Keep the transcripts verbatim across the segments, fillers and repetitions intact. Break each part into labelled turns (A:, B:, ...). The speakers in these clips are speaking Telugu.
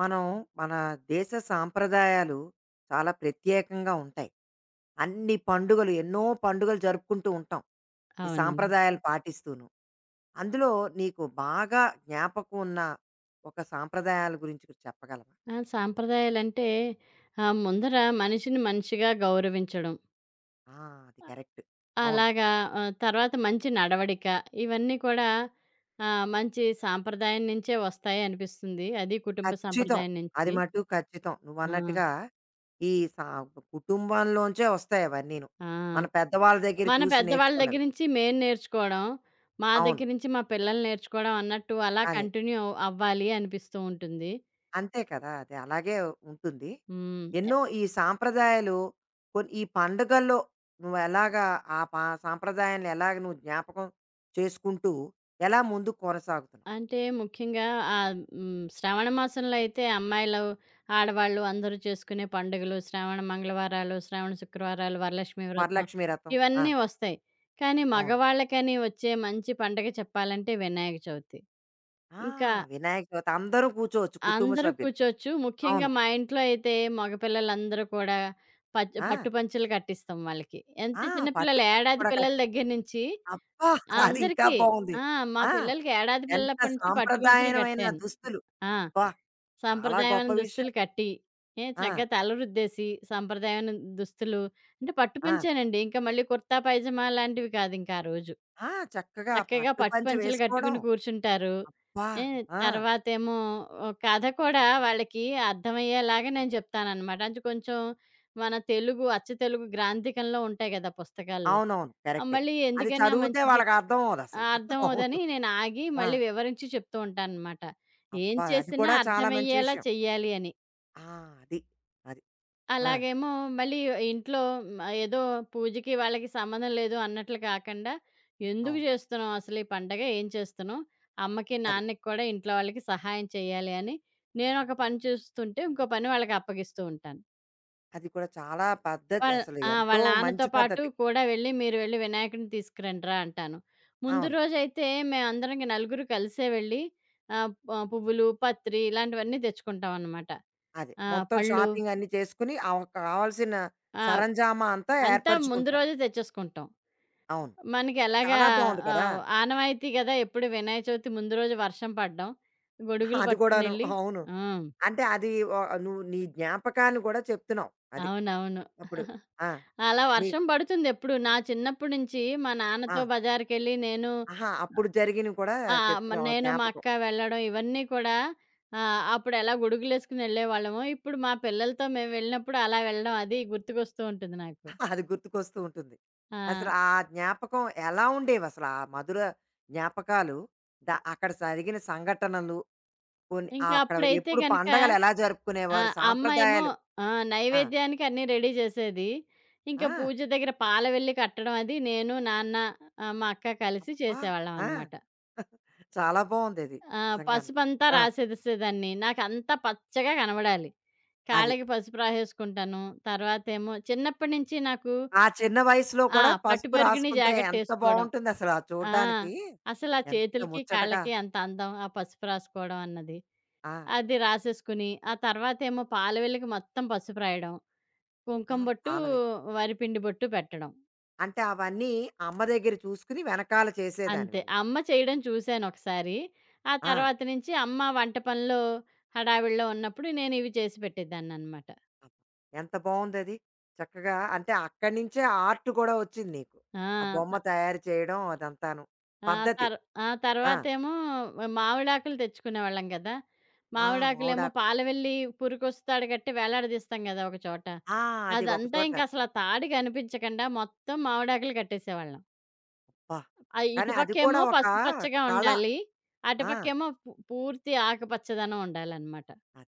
A: మనం మన దేశ సాంప్రదాయాలు చాలా ప్రత్యేకంగా ఉంటాయి. అన్ని పండుగలు ఎన్నో పండుగలు జరుపుకుంటూ ఉంటాం. ఈ
B: అవునండి.
A: సాంప్రదాయాలు పాటిస్తూను. అందులో నీకు బాగా జ్ఞాపకం ఉన్న ఒక సాంప్రదాయాల గురించి కొంచెం చెప్పగలవా?
B: ఆ! సాంప్రదాయాలంటే ఆహ్, ముందర మనిషిని మనిషిగా గౌరవించడం.
A: ఆ! అది కరెక్ట్. అవును.
B: అలాగా ఆహ్, తర్వాత మంచి నడవడిక ఇవన్నీ కూడా ఆహ్, మంచి సాంప్రదాయం నుంచే వస్తాయి అనిపిస్తుంది. అది కుటుంబ
A: ఖచ్చితం.
B: సంప్రదాయం
A: అది
B: నుంచి.
A: మటుకు ఖచ్చితం.
B: ఆ!
A: నువ్వన్నట్టుగా ఈ సా కుటుంబంలోంచే వస్తాయి అవన్నీను.
B: ఆ!
A: మన పెద్దవాళ్ళ దగ్గర
B: మన
A: చూసి
B: పెద్దవాళ్ళ
A: నేర్చుకున్నవి.
B: దగ్గర నుంచి మేము నేర్చుకోవడం, మా
A: అవును.
B: దగ్గర నుంచి మా పిల్లలు నేర్చుకోవడం అన్నట్టు అలా
A: అదే.
B: కంటిన్యూ అవ్వాలి అనిపిస్తూ ఉంటుంది.
A: అంతే కదా! అది అలాగే ఉంటుంది.
B: హ్మ్.
A: ఎన్నో ఈ సాంప్రదాయాలు కొన్ని ఈ పండుగల్లో నువ్వెలాగా ఆ ప సాంప్రదాయాన్ని ఎలాగ నువ్వు జ్ఞాపకం చేసుకుంటూ ఎలా ముందుకు కొనసాగుతున్నావు?
B: అంటే ముఖ్యంగా ఆహ్, హ్మ్. శ్రావణ మాసంలో అయితే అమ్మాయిలు, ఆడవాళ్ళు అందరూ చేసుకునే పండుగలు, శ్రావణ మంగళవారాలు, శ్రావణ శుక్రవారాలు, వరలక్ష్మి వ్రతం
A: వరలక్ష్మి వ్రతం. ఆ!
B: ఇవన్నీ వస్తాయి. కానీ
A: అవును.
B: మగవాళ్ళకని వచ్చే మంచి పండగ చెప్పాలంటే వినాయక చవితి.
A: ఆ!
B: ఇంకా
A: వినాయక చవితి అందరూ కూర్చోవచ్చు కుటుంబ
B: అందరూ
A: సభ్యులు.
B: కూర్చోచ్చు. ముఖ్యంగా
A: అవును.
B: మా ఇంట్లో అయితే మగపిల్లలందరూ కూడా పచ్
A: ఆ!
B: పట్టు పంచలు కట్టిస్తాం వాళ్ళకి. ఎంత
A: ఆ!
B: చిన్న
A: పట్టు
B: పిల్లలు
A: బట్టలు
B: ఏడాది
A: కూడా కట్
B: పిల్లల దగ్గర నుంచి
A: అబ్బా!
B: ఆ!
A: అది ఇంకా
B: అందరికీ.
A: బావుంది.
B: ఆ! మా
A: ఆ!
B: పిల్లలకి ఏడాది
A: ఎంత
B: పిల్లప్పటి నుంచి పట్టు పంచలు
A: సాంప్రదాయమైన
B: కట్టాను.
A: దుస్తులు.
B: ఆ!
A: అబ్బా! చాలా గొప్ప
B: సాంప్రదాయమైన
A: విషయం.
B: దుస్తులు కట్టి, ఏ
A: ఆ!
B: చక్కగా తలరుద్దేసి, సాంప్రదాయమైన దుస్తులు అంటే పట్టు
A: ఆ!
B: పంచేనండి. ఇంకా మళ్ళీ కుర్తా, పైజమా లాంటివి కాదు ఇంకా ఆ రోజు.
A: ఆ! చక్కగా
B: చక్కగా
A: పట్టు
B: పట్టు
A: పంచ
B: పంచలు
A: వేసుకోవడం.
B: కట్టుకుని కూర్చుంటారు.
A: అబ్బా!
B: ఏ
A: ఆ!
B: తర్వాతేమో ఓహ్, కథ కూడా వాళ్ళకి అర్థమయ్యేలాగా నేను చెప్తాననమాట. అంటే కొంచెం మన తెలుగు అచ్చ తెలుగు గ్రాంథికంలో ఉంటాయి గదా పుస్తకాల్లో.
A: అవునవును.
B: ఆహ్,
A: కరెక్టే.
B: మళ్ళీ
A: అది
B: ఎందుకైనా
A: చదివితే
B: మంచిది.
A: వాళ్ళకి అర్థం
B: ఆ!
A: అవ్వదసలు. అవును.
B: అర్థమవ్వదని నేనాగి
A: ఆ!
B: మళ్ళీ వివరించి చెప్తూ ఉంటాననమాట. ఏం
A: అబ్బా! అది
B: చేసినా
A: కూడా చాలా మంచి
B: అర్థమయ్యేలా
A: విషయం.
B: చెయ్యాలి అని.
A: ఆ! అది. అది. ఆ!
B: అలాగేమో మళ్ళీ ఇంట్లో హ్మ్, ఏదో పూజకి వాళ్ళకి సంబంధం లేదు అన్నట్లు కాకుండా, ఎందుకు
A: అవును.
B: చేస్తున్నాం అసలు ఈ పండగ? ఏం చేస్తున్నాం? అమ్మకి,
A: అది.
B: నాన్నకి కూడా ఇంట్లో వాళ్ళకి సహాయం చేయాలి అని నేనొక పని చూస్తుంటే, ఇంకో పని వాళ్ళకి అప్పగిస్తూ ఉంటాను.
A: అది కూడా చాలా పద్ధతి
B: వాళ్ళ
A: అసలు
B: ఆ!
A: ఎంతో
B: వాళ్ళ నాన్నతో
A: మంచి
B: పాటు
A: పద్ధతి.
B: కూడా వెళ్ళి, "మీరు వెళ్లి వినాయకుడిని తీసుకురండిరా" అంటాను. ముందు
A: అవును.
B: రోజైతే మేమందరం నలుగురు కలిసే వెళ్ళి ఆహ్, ఆహ్, పువ్వులు, పత్రి ఇలాంటివన్నీ తెచ్చుకుంటామనమాట.
A: అదే.
B: ఆ!
A: మొత్తం
B: పళ్ళు
A: షాపింగ్ అన్నీ చేసుకొని ఆవ కావాల్సిన
B: ఆ!
A: సరంజామా అంతా
B: అంతా ముందు
A: ఏర్పరుచుకుంటారు.
B: రోజే తెచ్చేసుకుంటాం.
A: అవును.
B: మనకి ఎలాగా
A: చాలా బావుంది కదా!
B: ఆహ్, ఆనవాయితీ గదా! ఎప్పుడు వినాయక చవితి ముందు రోజు వర్షం పడడం. గొడుగులు
A: అది కూడాను.
B: పట్టుకొనెళ్ళి
A: అవును.
B: ఆ!
A: అంటే అది వ నువ్వు నీ జ్ఞాపకాన్ని కూడా చెప్తున్నావు. అది.
B: అవునవును.
A: అప్పుడు. ఆ!
B: అలా
A: నీ
B: వర్షం పడుతుందెప్పుడు. నా చిన్నప్పటి నుంచి మా
A: ఆ!
B: నాన్నతో బజారుకెళ్ళి నేను
A: ఆహా! అప్పుడు జరిగినవి కూడా
B: ఆ! మ
A: చెప్తున్నావు ఆ
B: నేను, మా
A: జ్ఞాపకం.
B: అక్క వెళ్ళడం ఇవన్నీ కూడా ఆహ్, అప్పుడెలా గొడుగులేసుకుని వెళ్ళేవాళ్ళము. ఇప్పుడు మా పిల్లలతో మేము వెళ్ళినప్పుడు అలా వెళ్ళడం అది గుర్తుకొస్తూ ఉంటుంది నాకు.
A: అది గుర్తుకొస్తూ ఉంటుంది. అసలు
B: ఆ!
A: ఆ జ్ఞాపకం ఎలా ఉండేవసలు? ఆ మధుర జ్ఞాపకాలు, ద అక్కడ జరిగిన సంఘటనలు, కొన్ని
B: ఇంకా
A: ఆహ్, అక్కడ
B: అప్పుడైతే
A: ఎప్పుడు
B: గనక
A: పండగలు ఎలా
B: ఆ!
A: జరుపుకునేవారు?
B: అమ్మ ఏమో
A: సాంప్రదాయాలు
B: ఆ!
A: ఆ!
B: నైవేద్యానికి అన్నీ రెడీ చేసేది. ఇంకా
A: ఆ!
B: పూజ దగ్గర పాలవెల్లి కట్టడం అది నేను, నాన్న, ఆహ్, మా అక్క కలిసి
A: అబ్బా!
B: చేసేవాళ్ళం
A: ఆ!
B: అనమాట.
A: చాలా బావుందది.
B: ఆ!
A: నిజంగాను.
B: పసుపంతా
A: ఆ!
B: రాసేసేదాన్ని. నాకంతా పచ్చగా కనబడాలి.
A: అది.
B: కాళ్ళకి పసుపు రాసేసుకుంటాను. తర్వాతేమో చిన్నప్పటి నుంచి నాకు
A: ఆ చిన్న వయసులో
B: ఆ!
A: కూడా
B: పట్టు
A: పసుపు
B: పరికిణి
A: రాసుకుంటే ఎంత
B: జాకెట్టేసుకోవడం.
A: బావుంటుందసలు అది
B: ఆ!
A: చూడ్డానికి.
B: అసలా
A: ఎంత
B: చేతులకి,
A: ముచ్చటగా.
B: కాళ్ళకి అంత అందం ఆ పసుపు రాసుకోవడం అన్నది.
A: ఆ!
B: అది రాసేసుకుని, ఆ తర్వాతేమో పాల వెల్లికి మొత్తం పసుపు రాయడం.
A: అబ్బా!
B: కుంకుమ బొట్టు,
A: చాలా
B: వరిపిండి బొట్టు పెట్టడం.
A: అంటే అవన్నీ అమ్మ దగ్గర చూసుకుని వెనకాల చేసేదానివి
B: అంతే.
A: నువ్వు.
B: అమ్మ చేయడం చూశానొకసారి. ఆ
A: ఆ!
B: తర్వాత నుంచి అమ్మ వంట పనిలో హడావిడిలో ఉన్నప్పుడు నేనివి చేసి పెట్టేదాన్ననమాట.
A: అబ్బా, ఎంత బావుందది. చక్కగా అంటే అక్కడి నుంచే ఆర్ట్ కూడా వచ్చింది నీకు.
B: ఆ!
A: ఆ బొమ్మ
B: త
A: తయారు చేయడం అదంతాను.
B: ఆ!
A: పద్ధతి.
B: తర్ ఆ!
A: ఆ!
B: తర్వాతేమో మామిడాకులు తెచ్చుకునేవాళ్ళం గదా!
A: ఆ!
B: మామిడాకులేమో
A: మావిడాకులు.
B: పాలవెల్లి పురికొస్తాడు కట్టి వేలాడదీస్తాం గదా! ఒక చోట.
A: ఆ! అది
B: అదంతా
A: ఒకచోట.
B: ఇంకసలా తాడు కనిపించకుండా మొత్తం మామిడాకులు కట్టేసేవాళ్ళం.
A: అబ్బా!
B: ఆహ్,
A: కానీ అది కూడా
B: ఇటుపక్కేమో
A: ఒక
B: పసుపచ్చగా
A: కళ.
B: ఉండాలి.
A: ఆ!
B: అటుపక్కేమో పు పూర్తి ఆకుపచ్చదనం ఉండాలనమాట.
A: అది.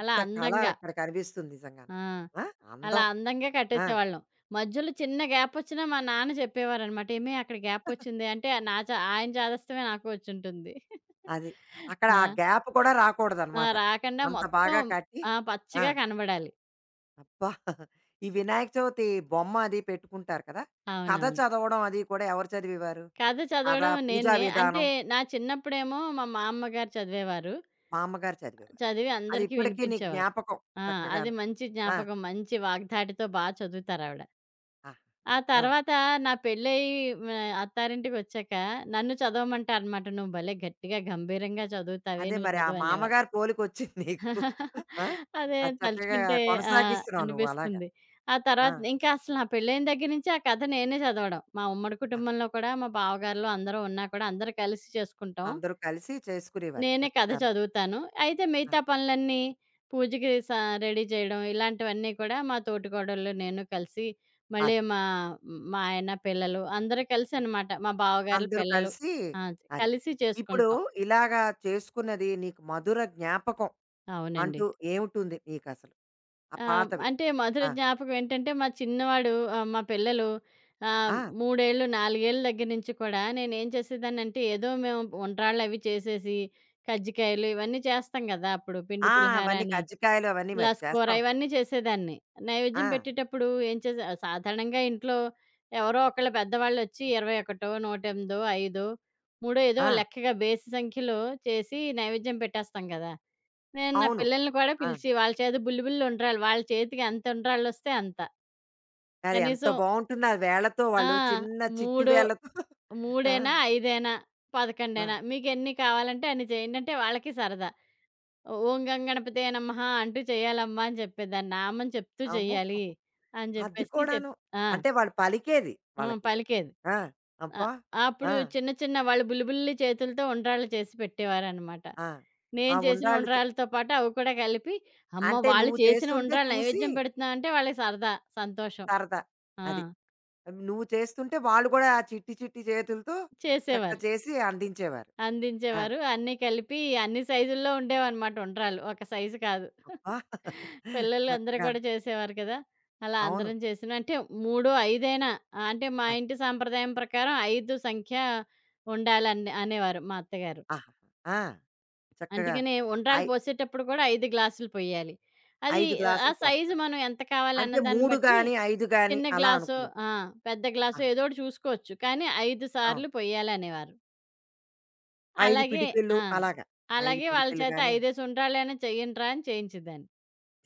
B: అలా
A: కళ
B: అందంగా.
A: అక్కడ కనిపిస్తుంది నిజంగాను.
B: ఆ!
A: ఆ!
B: అలా
A: అందం.
B: అందంగా
A: ఆ!
B: కట్టేసేవాళ్ళం. మధ్యలో చిన్న గ్యాపొచ్చినా మా నాన్న చెప్పేవారనమాట. "ఏమే అక్కడ గ్యాపొచ్చింది" అంటే ఆ నా చ ఆయన చాదస్తమే నాకు వచ్చుంటుంది.
A: అది. అక్కడ ఆ
B: ఆ!
A: గ్యాప్ కూడా
B: ఆ!
A: రాకూడదనమాట.
B: రాకుండా
A: అంత
B: మొత్తం
A: బాగా కట్టి
B: ఆ!
A: ఆ!
B: పచ్చగా కనబడాలి.
A: అబ్బా! ఈ వినాయక చవితి బొమ్మ అది పెట్టుకుంటారు కదా! కథ
B: అవునవును.
A: చదవడం అది కూడా ఎవరు చదివేవారు?
B: కథ
A: కథ,
B: చదవడం
A: పూజా
B: నేనే.
A: విధానం
B: అంటే నా చిన్నప్పుడేమో మా మామ్మ గారు చదివేవారు.
A: మా అమ్మగారు చదివేవారు.
B: చదివి
A: అది
B: అందరికీ
A: ఇప్పటికీ నీకు
B: వినిపించేవారు.
A: జ్ఞాపకం
B: ఆ! అది
A: చక్కగాను.
B: మంచి
A: ఆ!
B: జ్ఞాపకం. మంచి వాగ్ధాటితో బా చదువుతారావిడ.
A: ఆ!
B: ఆ
A: ఆ!
B: తర్వాత నా పెళ్ళయి హ్మ్, అత్తారింటికొచ్చాక నన్ను చదవమంటారనమాట. "నువ్వు భలే గట్టిగా, గంభీరంగా చదువుతావే
A: అదే
B: నువ్వు
A: మరి ఆ
B: చదువు"
A: మా
B: అనేవారు.
A: అమ్మగారి పోలికొచ్చింది నీకు. ఆ!
B: అదే
A: అది చక్కగా
B: తలుచుకుంటే ఆ!
A: కొనసాగిస్తున్నావు నువ్వు అలాగా.
B: అనిపిస్తుంది. ఆ
A: ఆ!
B: తర్వాత ఇంకా అసలు నా పెళ్ళైన దగ్గర నుంచి ఆ కథ నేనే చదవడం. మా ఉమ్మడి
A: ఆ!
B: కుటుంబంలో కూడా మా బావగారులు అందరూ ఉన్నా కూడా అందరూ కలిసి చేసుకుంటాం.
A: అందరూ కలిసి చేసుకునేవారు
B: నేనే కథ
A: చక్కగాను.
B: చదువుతాను. అయితే
A: ఆ!
B: మిగతా పనులన్నీ పూజకి స రెడీ చేయడం ఇలాంటివన్నీ కూడా మా తోటికోడళ్ళు, నేను కలిసి మళ్ళీ
A: అది.
B: మా మా ఆయన పిల్లలు అందరూ కలిసనమాట. మా బావగార్ల
A: అందరూ
B: పిల్లలు
A: కలిసి
B: ఆ!
A: అది.
B: కలిసి
A: ఇప్పుడు
B: చేసుకుంటాం.
A: ఇలాగా చేసుకున్నది నీకు మధుర జ్ఞాపకం
B: అవునండి.
A: అంటూ ఏముంటుంది నీకసలు? ఆ
B: ఆహ్,
A: పాతవి.
B: అంటే మధుర
A: ఆ!
B: జ్ఞాపకం ఏంటంటే మా చిన్నవాడు ఆహ్, మా పిల్లలు ఆహ్,
A: ఆ!
B: మూడు ఏళ్ళు, నాలుగు ఏళ్ల దగ్గర నుంచి కూడా నేనేం చేసేదాన్నంటే ఏదో మేము ఉండ్రాళ్ళవి చేసేసి, కజ్జికాయలు ఇవన్నీ చేస్తాం గదా! అప్పుడు పిండి
A: ఆ!
B: పులిహార
A: అవన్నీ
B: అని.
A: కజ్జికాయలు అవన్నీ మరి
B: లస్కూర
A: చేస్తాం కదా!
B: ఇవన్నీ చేసేదాన్ని. నైవేద్యం
A: ఆ!
B: పెట్టేటప్పుడు ఏం చేసే సాధారణంగా ఇంట్లో ఎవరో ఒకళ్ళు పెద్దవాళ్ళొచ్చి ఇరవై ఒకటి, నూట ఎనిమిది, ఐదు, మూడు ఏదో
A: ఆ!
B: లెక్కగా బేసి సంఖ్యలో చేసి నైవేద్యం పెట్టేస్తాం కదా! నేను నా
A: అవును.
B: పిల్లల్ని కూడా
A: ఆ!
B: పిలిచి వాళ్ళ చేత బుల్లి బుల్లి ఉండ్రాళ్ళు. వాళ్ళ చేతికి ఎంత ఉండ్రాళ్ళొస్తే అంత.
A: అది ఎంత
B: కనీసం
A: బావుంటుంది ఆ వేళ్ళతో
B: ఆ!
A: వాళ్ళు చిన్న చిట్టి
B: 3,
A: వేళ్ళతో
B: 3
A: ఆ!
B: అయినా, ఐదు అయినా, పదకొండు
A: ఆ!
B: అయినా మీకెన్ని కావాలంటే అన్ని చేయండి. అంటే వాళ్ళకి సరదా. ఓం గం గణపతే నమః అంటూ చేయాలమ్మా అని చెప్పేది. దాని నామం చెప్తూ
A: అమ్మో!
B: చెయ్యాలి అని
A: అది
B: చెప్పేసి చెప్
A: కూడాను.
B: ఆ!
A: అంటే వాళ్ళు పలికేది
B: హ్మ్.
A: వాళ్ళకి.
B: పలికేది.
A: ఆ!
B: అ
A: అబ్బా!
B: అప్పుడు
A: ఆ!
B: చిన్న చిన్న వాళ్ళు బుల్లిబుల్లి చేతులతో ఉండ్రాళ్ళు చేసి పెట్టేవారనమాట.
A: ఆ! ఆ
B: నేను చేసిన
A: ఉండ్రాళ్ళు చే
B: ఉండ్రాళ్ళతో పాటు అవి కూడా కలిపి, అమ్మో!
A: అంటే
B: వాళ్ళు
A: నువ్వు
B: చేసిన
A: చేస్తుంటే
B: ఉండ్రాళ్ళు
A: చూసి
B: నైవేద్యం పెడుతున్నామంటే వాళ్ళకి సరదా, సంతోషం.
A: సరదా.
B: ఆ!
A: అది. నువ్వు చేస్తుంటే వాళ్ళు కూడా ఆ చిట్టి చిట్టి చేతులతో చక్క
B: చేసేవారు.
A: చేసి అందించేవారు. ఆ!
B: అందించేవారు. అన్నీ కలిపి అన్ని సైజుల్లో ఉండేవనమాట ఉండ్రాళ్ళు. ఒక సైజు కాదు.
A: అబ్బా!
B: పిల్లలు అందరూ
A: చక్కగాను.
B: కూడా చేసేవారు కదా! అలా
A: అవును.
B: అందరం చేసినా అంటే మూడు, ఐదు అయినా అంటే మా
A: అది.
B: ఇంటి సాంప్రదాయం ప్రకారం ఐదు సంఖ్య ఉండాలని అనేవారు మా అత్తగారు.
A: ఆహాహా! ఆ! చక్కగా
B: అందుకనే
A: ఐ
B: ఉండ్రాలు పోసేటప్పుడు కూడా ఐదు గ్లాసులు పొయ్యాలి. అది
A: ఐదు
B: ఆ
A: గ్లాసులు
B: సైజు
A: పోస్తారు.
B: మనం ఎంత కావాలన్న
A: అంటే
B: దాన్ని
A: మూడు
B: బట్టి
A: గాని, ఐదు గాని
B: చిన్న
A: అలా
B: గ్లాసో
A: అనుకునేవారు.
B: ఆ! పెద్ద
A: ఆ!
B: గ్లాసో ఏదో ఒకటి చూసుకోవచ్చు. కానీ ఐదు
A: అవును.
B: సార్లు పొయ్యాలనేవారు.
A: ఐదు
B: అలాగే
A: పిడికిళ్ళు
B: ఆ!
A: అలాగా. ఐదు
B: అలాగే వాళ్ళ
A: పిడికిళ్ళు
B: చేత
A: గాని
B: "ఐదేసి ఉండ్రాలైనా చెయ్యండ్రా" అని చేయించేదాన్ని.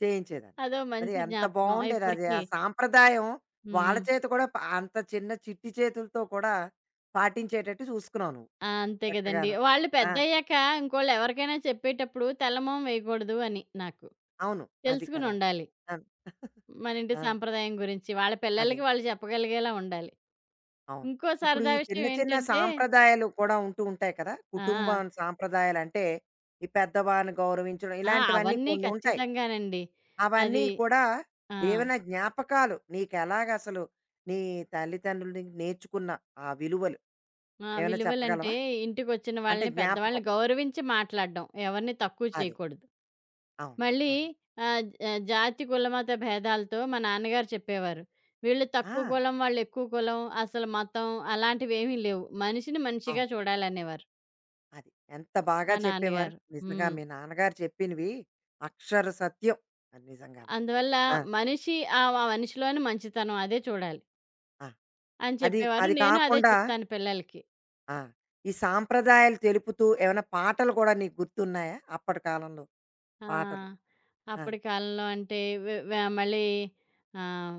A: చేయించేదాన్ని.
B: అదో
A: అది
B: మంచి
A: ఎంత
B: జ్ఞాపకం.
A: బావుండేది అది. ఆ
B: ఇప్పటికి
A: సాంప్రదాయం వాళ్ళ
B: హ్మ్.
A: చేత కూడా ప అంత చిన్న చిట్టి చేతులతో కూడా పాటించేటట్టు చూసుకున్నావు నువ్వు
B: ఆ! అంతే గదండీ.
A: చక్కగాను.
B: వాళ్ళు
A: ఆ!
B: పెద్దయ్యాక ఇంకోళ్ళెవరికైనా చెప్పేటప్పుడు తెల్లమొహం వేయకూడదు అని నాకు.
A: అవును. అది కదా!
B: తెలుసుకొనుండాలి.
A: ఆ!
B: మన ఇంటి
A: ఆ!
B: సాంప్రదాయం గురించి. వాళ్ళ
A: అదే.
B: పిల్లలకి వాళ్ళు చెప్పగలిగేలా ఉండాలి.
A: అవును.
B: ఇంకో
A: ఇప్పుడు
B: సరదా
A: ఈ చిన్న
B: విషయం
A: చిన్న
B: ఏంటంటే
A: సాంప్రదాయాలు కూడా ఉంటూ ఉంటాయి కదా!
B: ఆ!
A: కుటుంబం సాంప్రదాయాలు అంటే, ఈ పెద్దవారిని గౌరవించడం
B: ఆ!
A: ఇలాంటివన్నీ
B: అవన్నీ
A: కొన్ని ఉంటాయి.
B: ఖచ్చితంగానండి.
A: అవన్నీ
B: అది
A: కూడా
B: ఆ!
A: ఏవైనా జ్ఞాపకాలు నీకెలాగసలు నీ తల్లిదండ్రుల నుంచి నేర్చుకున్న ఆ విలువలు
B: ఆ!
A: ఏమైనా
B: విలువలంటే
A: చెప్పగలవా?
B: ఇంటికొచ్చిన
A: అంటే
B: వాళ్ళని,
A: జ్ఞాపకం.
B: పెద్దవాళ్ళని గౌరవించి మాట్లాడడం. ఎవరిని తక్కువ
A: అదే.
B: చేయకూడదు.
A: అవును.
B: మళ్ళీ
A: ఆహా!
B: ఆహ్, జ జాతి, కులమత భేదాలతో మా నాన్నగారు చెప్పేవారు. వీళ్ళు
A: ఆ!
B: తక్కువ కులం, వాళ్ళు ఎక్కువ కులం, అసలు మతం అలాంటివేమీ లేవు. మనిషిని మనిషిగా
A: అవును.
B: చూడాలనేవారు
A: అది. ఎంత బాగా
B: మా
A: చెప్పేవారు.
B: నాన్నగారు.
A: నిజంగా
B: హ్మ్.
A: మీ నాన్నగారు చెప్పినవి అక్షర సత్యం. అది నిజంగాను.
B: అందువల్ల
A: ఆ!
B: మనిషి ఆహ్, ఆ మనిషిలోని మంచితనం అదే చూడాలి
A: ఆ!
B: అని
A: అది
B: చెప్పేవారు.
A: అది
B: నేను అదే
A: కాకుండా
B: చెప్తాను పిల్లలకి.
A: ఆ! ఈ సాంప్రదాయాలు తెలుపుతూ ఏమైనా పాటలు కూడా నీకు గుర్తున్నాయా? అప్పటి కాలంలో
B: ఆ!
A: పాటలు. ఆ!
B: అప్పటి కాలంలో అంటే వె వె మళ్ళీ ఆహ్,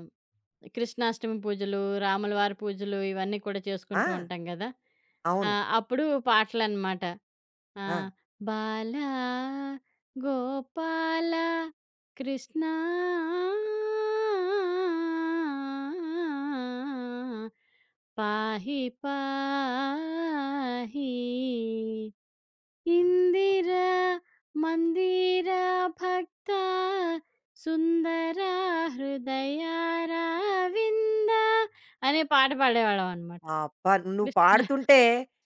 B: కృష్ణాష్టమి పూజలు, రాములవారి పూజలు ఇవన్నీ కూడా
A: ఆ!
B: చేసుకుంటూ ఉంటాం గదా! ఆ!
A: అవును.
B: అప్పుడు పాటలనమాట. ఆ!
A: ఆ!
B: బాలా గోపాల కృష్ణ పాహి పాహి
A: ఆ!
B: ఇందిర మందిర భక్త సుందర హృదయారవింద అనే పాట పాడేవాళ్ళమనమాట.
A: ఆ, అబ్బా! నువ్వు
B: కృష్ణ
A: పాడుతుంటే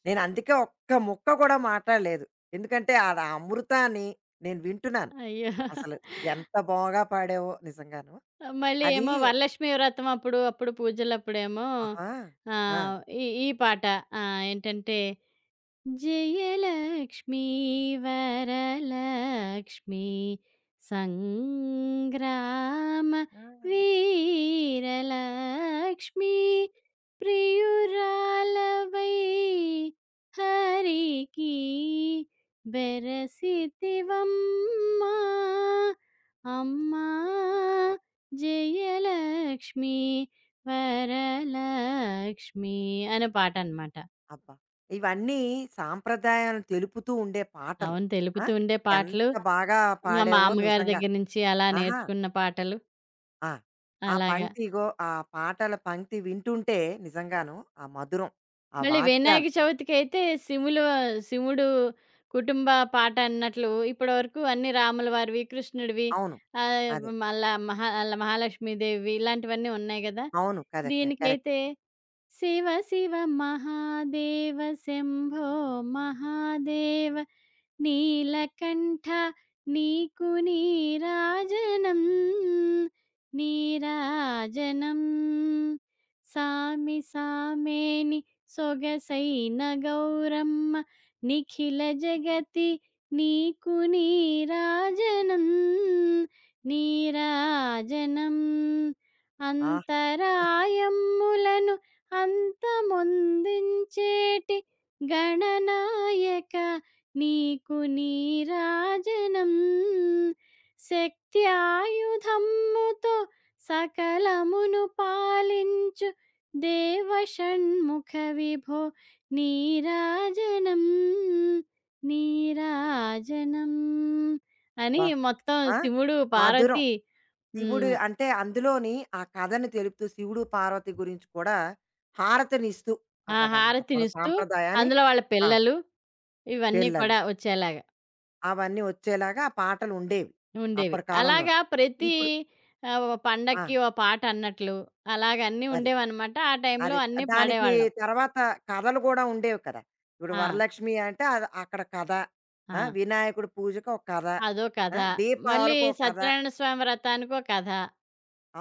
A: నేను అందుకే ఒక్క ముక్క కూడా మాట్లాడలేదు. ఎందుకంటే ఆడ అమృతాన్ని నేను వింటున్నాను.
B: అయ్యో!
A: అసలు ఎంత బాగా పాడావో నిజంగాను.
B: ఆహ్, మళ్ళీ
A: అది
B: ఏమో వరలక్ష్మి వ్రతం అప్పుడు, అప్పుడు పూజలప్పుడేమో
A: ఆహా! ఆ!
B: ఆహ్, ఈ ఈ పాట ఆహ్, ఏంటంటే జయలక్ష్మీ వరలక్ష్మీ సంగ్రామ
A: ఆ!
B: వీరలక్ష్మీ ప్రియురాలవై హరికి బెరసితివమ్మా అమ్మా జయలక్ష్మీ వరలక్ష్మి అనే పాట అన్నమాట.
A: అబ్బా! ఇవన్నీ సాంప్రదాయాలను తెలుపుతూ ఉండే పాటలు.
B: అవును.
A: ఆ!
B: తెలుపుతూ ఉండే పాటలు,
A: ఎంత బాగా
B: మా
A: పాడావో
B: మామ్మగారి
A: నిజంగా.
B: దగ్గర నుంచి అలా
A: ఆహా!
B: నేర్చుకున్న పాటలు
A: ఆ! ఆ
B: అలాగా.
A: పంక్తి ఇగో ఆ పాటల పంక్తి వింటుంటే నిజంగాను ఆ మధురం, ఆ
B: మళ్ళీ
A: వాక్యాలు
B: వినాయక చవితికైతే శివులు శివుడు కుటుంబ పాట అన్నట్లు ఇప్పటివరకు అన్ని రాముల వారివి, కృష్ణుడివి
A: అవును.
B: ఆహ్,
A: అదే.
B: మళ్ళా మహా మహాలక్ష్మీదేవివి ఇలాంటివన్నీ ఉన్నాయి గదా!
A: అవును. కదా! క కరెక్ట్.
B: దీనికైతే శివ శివ మహాదేవ శంభో మహాదేవ నీలకంఠ నీకు నీరాజనం నీరాజనం సామి సామేని సొగసైన గౌరమ్మ నిఖిల జగతి నీకు నీరాజనం నీరాజనం అంతరాయమ్ములను అంతమొందించేటి గణనాయక నీకు నీరాజనం శక్త్యాయుధమ్ముతో సకలమును పాలించు దేవషణ్ముఖ విభో నీరాజనం నీరాజనం అని
A: అబ్బా!
B: మొత్తం
A: ఆ!
B: శివుడు
A: మధురం.
B: పార్వతి.
A: శివుడు
B: హ్మ్.
A: అంటే అందులోని ఆ కథను తెలుపుతూ శివుడు, పార్వతి గురించి కూడా హారతినిస్తూ
B: ఆ
A: అక్కడనమాట. మన
B: హారతినిస్తూ
A: సాంప్రదాయాన్ని
B: అందులో వాళ్ళ
A: ఆ!
B: పిల్లలు ఇవన్నీ
A: పిల్లలు
B: కూడా వచ్చేలాగా
A: అవన్నీ వచ్చేలాగా ఆ పాటలుండేవి.
B: ఉండేవి.
A: అప్పటి కాలంలోని.
B: అలాగా ప్రతి
A: ఇప్పుడు
B: ఆహ్, ఓ
A: ఆ!
B: పండక్కి ఓ పాట అన్నట్లు అలాగ అన్నీ
A: అది.
B: ఉండేవన్నమాట. ఆ టైంలో
A: అది.
B: అన్నీ
A: దానికి
B: పాడేవాళ్ళం.
A: తర్వాత కథలు గూడా ఉండేవి కదా! ఇప్పుడు
B: ఆ!
A: వరలక్ష్మి అంటే అది అక్కడ కథ.
B: ఆ!
A: ఆ! వినాయకుడి పూజకి ఒక కథ.
B: అదో
A: ఆ!
B: కథ. మళ్ళీ
A: దీపావళికి ఒక కథ.
B: సత్యనారాయణ స్వామి వ్రతానికో కథ.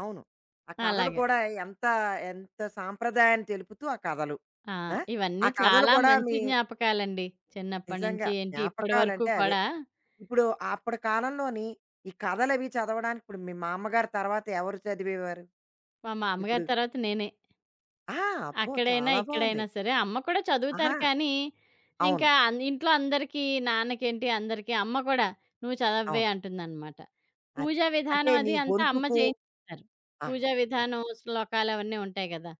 A: అవును. ఆ కథలు
B: అలాగా.
A: కూడా ఎంత, ఎంత సాంప్రదాయాన్ని తెలుపుతూ ఆ కథలు.
B: ఆ!
A: ఆ! ఆ
B: ఇవన్నీ
A: కథలు
B: చాలా
A: కూడా
B: మంచి
A: మీ
B: జ్ఞాపకాలండి. చిన్నప్పటి
A: నిజంగా
B: నుంచి ఏంటి ఇప్పటి వరకు
A: జ్ఞాపకాలంటే అవే.
B: కూడా
A: ఇప్పుడు అప్పటి కాలంలోని ఈ కథలవి చదవడానికి ఇప్పుడు మీ మా అమ్మగారు తర్వాత ఎవరు చదివేవారు?
B: మా
A: ఇప్పుడు
B: మామగారి తర్వాత నేనే.
A: ఆ! అబ్బో!
B: అక్కడైనా,
A: చాలా బావుంది.
B: ఇక్కడైనా సరే. అమ్మ కూడా
A: ఆహా!
B: చదువుతారు కానీ,
A: అవును.
B: ఇంకా అన్ ఇంట్లో అందరికీ నాన్నకేంటి అందరికీ అమ్మ కూడా "నువ్వు చదవవే"
A: అవును.
B: అంటుందనమాట.
A: అది.
B: పూజా
A: అంటే
B: విధానం
A: నీ
B: అది అంతా అమ్మ
A: గొంతుకు
B: చేయిస్తారు.
A: ఆహా!
B: పూజా
A: అది.
B: విధానం, శ్లోకాలు అవన్నీ ఉంటాయి గదా!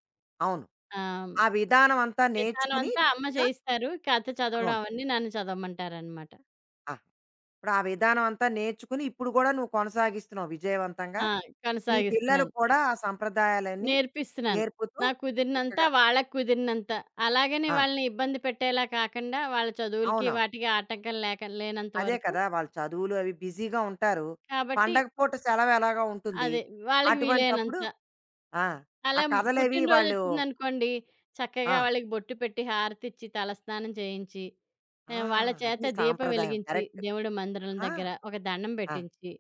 A: అవును.
B: ఆహ్,
A: ఆ విధానం అంతా
B: విధానం
A: నేర్చుకుని
B: అంతా అమ్మ
A: చక్కగా
B: చేయిస్తారు. కథ చదవడం
A: అవును.
B: అవన్నీ నన్ను చదవమంటారనమాట.
A: ఆహా! ఇప్పుడు ఆ విధానం అంతా నేర్చుకుని ఇప్పుడు గూడా నువ్వు కొనసాగిస్తున్నావు విజయవంతంగా.
B: ఆ!
A: నీ పిల్లలు
B: కొనసాగిస్తున్నాను.
A: కూడా ఆ సంప్రదాయాలన్నీ
B: నేర్పిస్తున్నాను.
A: నేర్పుతూ
B: నాకు కుదిరినంత,
A: చక్కగా
B: వాళ్ళకి కుదిరినంత. అలాగని
A: ఆ!
B: వాళ్ళని ఇబ్బంది పెట్టేలా కాకండా, వాళ్ళ చదువులకి,
A: అవునవును.
B: వాటికి ఆటంకం లేక లేనంత
A: అదే
B: వరకు.
A: కదా! వాళ్ళు చదువులు అవి బిజీగా ఉంటారు.
B: కాబట్టి
A: పండగ పూట సెలవు ఎలాగో ఉంటుంది.
B: అదే వాళ్ళకి
A: అటువంటప్పుడు
B: వీలైనంత.
A: ఆ! ఆ
B: అలా హ్మ్,
A: కథలవి వాళ్ళు
B: పుట్టినరోజొచ్చిందనుకోండి,
A: ఆ!
B: చక్కగా వాళ్ళకి బొట్టు పెట్టి, హారతిచ్చి, తలస్నానం చేయించి,
A: ఆ!
B: ఆహ్, వాళ్ళ చేత
A: అది
B: దీపం
A: సాంప్రదాయం.
B: వెలిగించి,
A: కరెక్ట్.
B: దేవుడి మందిరం
A: ఆ!
B: దగ్గర ఒక దండం
A: ఆ!
B: పెట్టించి,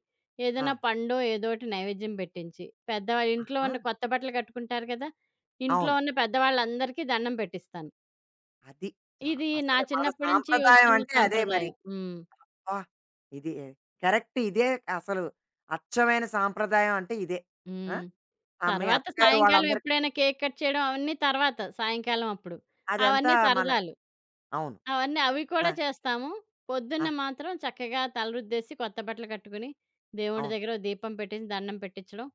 A: ఆ!
B: ఏదైనా పండో ఏదోటి నైవేద్యం పెట్టించి, పెద్దవాళ్ళు ఇంట్లో
A: ఆహా!
B: ఉన్న కొత్త బట్టలు కట్టుకుంటారు కదా! ఇంట్లో
A: అవును.
B: ఉన్న పెద్దవాళ్ళందరికీ దండం పెట్టిస్తాను.
A: అది. చా
B: ఇది నా
A: అసలు మన
B: చిన్నప్పటి నుంచి
A: సాంప్రదాయం
B: వస్తున్న
A: అంటే అదే మరి.
B: సాంప్రదాయం. హ్మ్.
A: అబ్బా! ఇది కరెక్ట్ ఇదే అసలు అచ్చమైన సాంప్రదాయం అంటే ఇదే. ఆ!
B: హ్మ్.
A: ఆ మీ
B: తర్వాత
A: అత్తగారు
B: సాయంకాలం
A: వాళ్ళందరికీ
B: ఎప్పుడైనా కేక్ కట్ చేయడం అవన్నీ తర్వాత సాయంకాలం అప్పుడు.
A: అదంతా
B: అవన్నీ
A: మన
B: సరదాలు.
A: అవును.
B: అవన్నీ అవి కూడా
A: ఆ!
B: చేస్తాము.
A: ఆ!
B: పొద్దున్న మాత్రం చక్కగా తలరుద్దేసి కొత్త బట్టలు కట్టుకుని, దేవుడి
A: అవును.
B: దగ్గర ఓ దీపం పెట్టేసి దండం పెట్టించడం.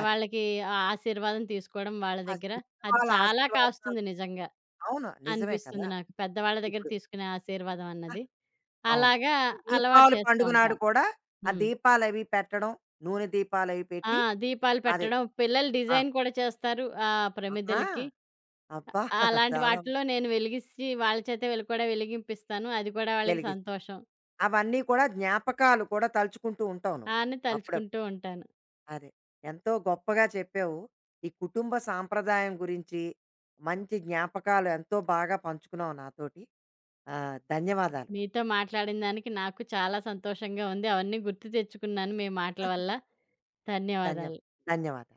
A: అది.
B: ఆ ఆశీర్వాదం తీసుకోవడం వాళ్ళ
A: ఆ
B: దగ్గర. అది
A: పెద్దవాళ్ళ
B: చాలా
A: ఆశీర్వాదం
B: కాస్తుంది నిజంగా.
A: అవును. నిజమే కదా!
B: అనిపిస్తుంది నాకు. పెద్దవాళ్ళ దగ్గర
A: ఇప్పుడు.
B: తీసుకునే ఆశీర్వాదం అన్నది.
A: అవును.
B: అలాగా
A: ఈ
B: అలవాటు
A: దీపావళి
B: చేస్తూ
A: పండుగ నాడు
B: ఉంటాను.
A: కూడా ఆ
B: హ్మ్.
A: దీపాలవి పెట్టడం, నూనె దీపాలవి
B: ఆ!
A: పెట్టి
B: దీపాలు
A: అదే.
B: పెట్టడం, పిల్లలు
A: ఆ!
B: డిజైన్ కూడా చేస్తారు ఆ
A: ఆహా!
B: ప్రమిదలకి. ఆ,
A: అబ్బా!
B: అలాంటి
A: చాలా
B: వాటిలో నేను వెలిగిచ్చి వాళ్ళ చేత వీళ్ళు కూడా వెలిగింపిస్తాను. అది కూడా వాళ్ళకి
A: వెలిగిస్తాం.
B: సంతోషం
A: అవన్నీ కూడా జ్ఞాపకాలు కూడా తలుచుకుంటూ ఉంటావు నువ్వు.
B: ఆ అని
A: అప్పుడప్
B: తలుచుకుంటూ ఉంటాను.
A: అదే. ఎంతో గొప్పగా చెప్పావు. ఈ కుటుంబ సాంప్రదాయం గురించి మంచి జ్ఞాపకాలు ఎంతో బాగా పంచుకున్నావు నాతోటి. ఆహ్, ధన్యవాదాలు.
B: మీతో మాట్లాడిన దానికి నాకు చాలా సంతోషంగా ఉంది. అవన్నీ గుర్తు తెచ్చుకున్నాను మీ మాటల వల్ల.
A: ధన్య
B: ధన్యవాదాలు.
A: ధన్యవాదాలు.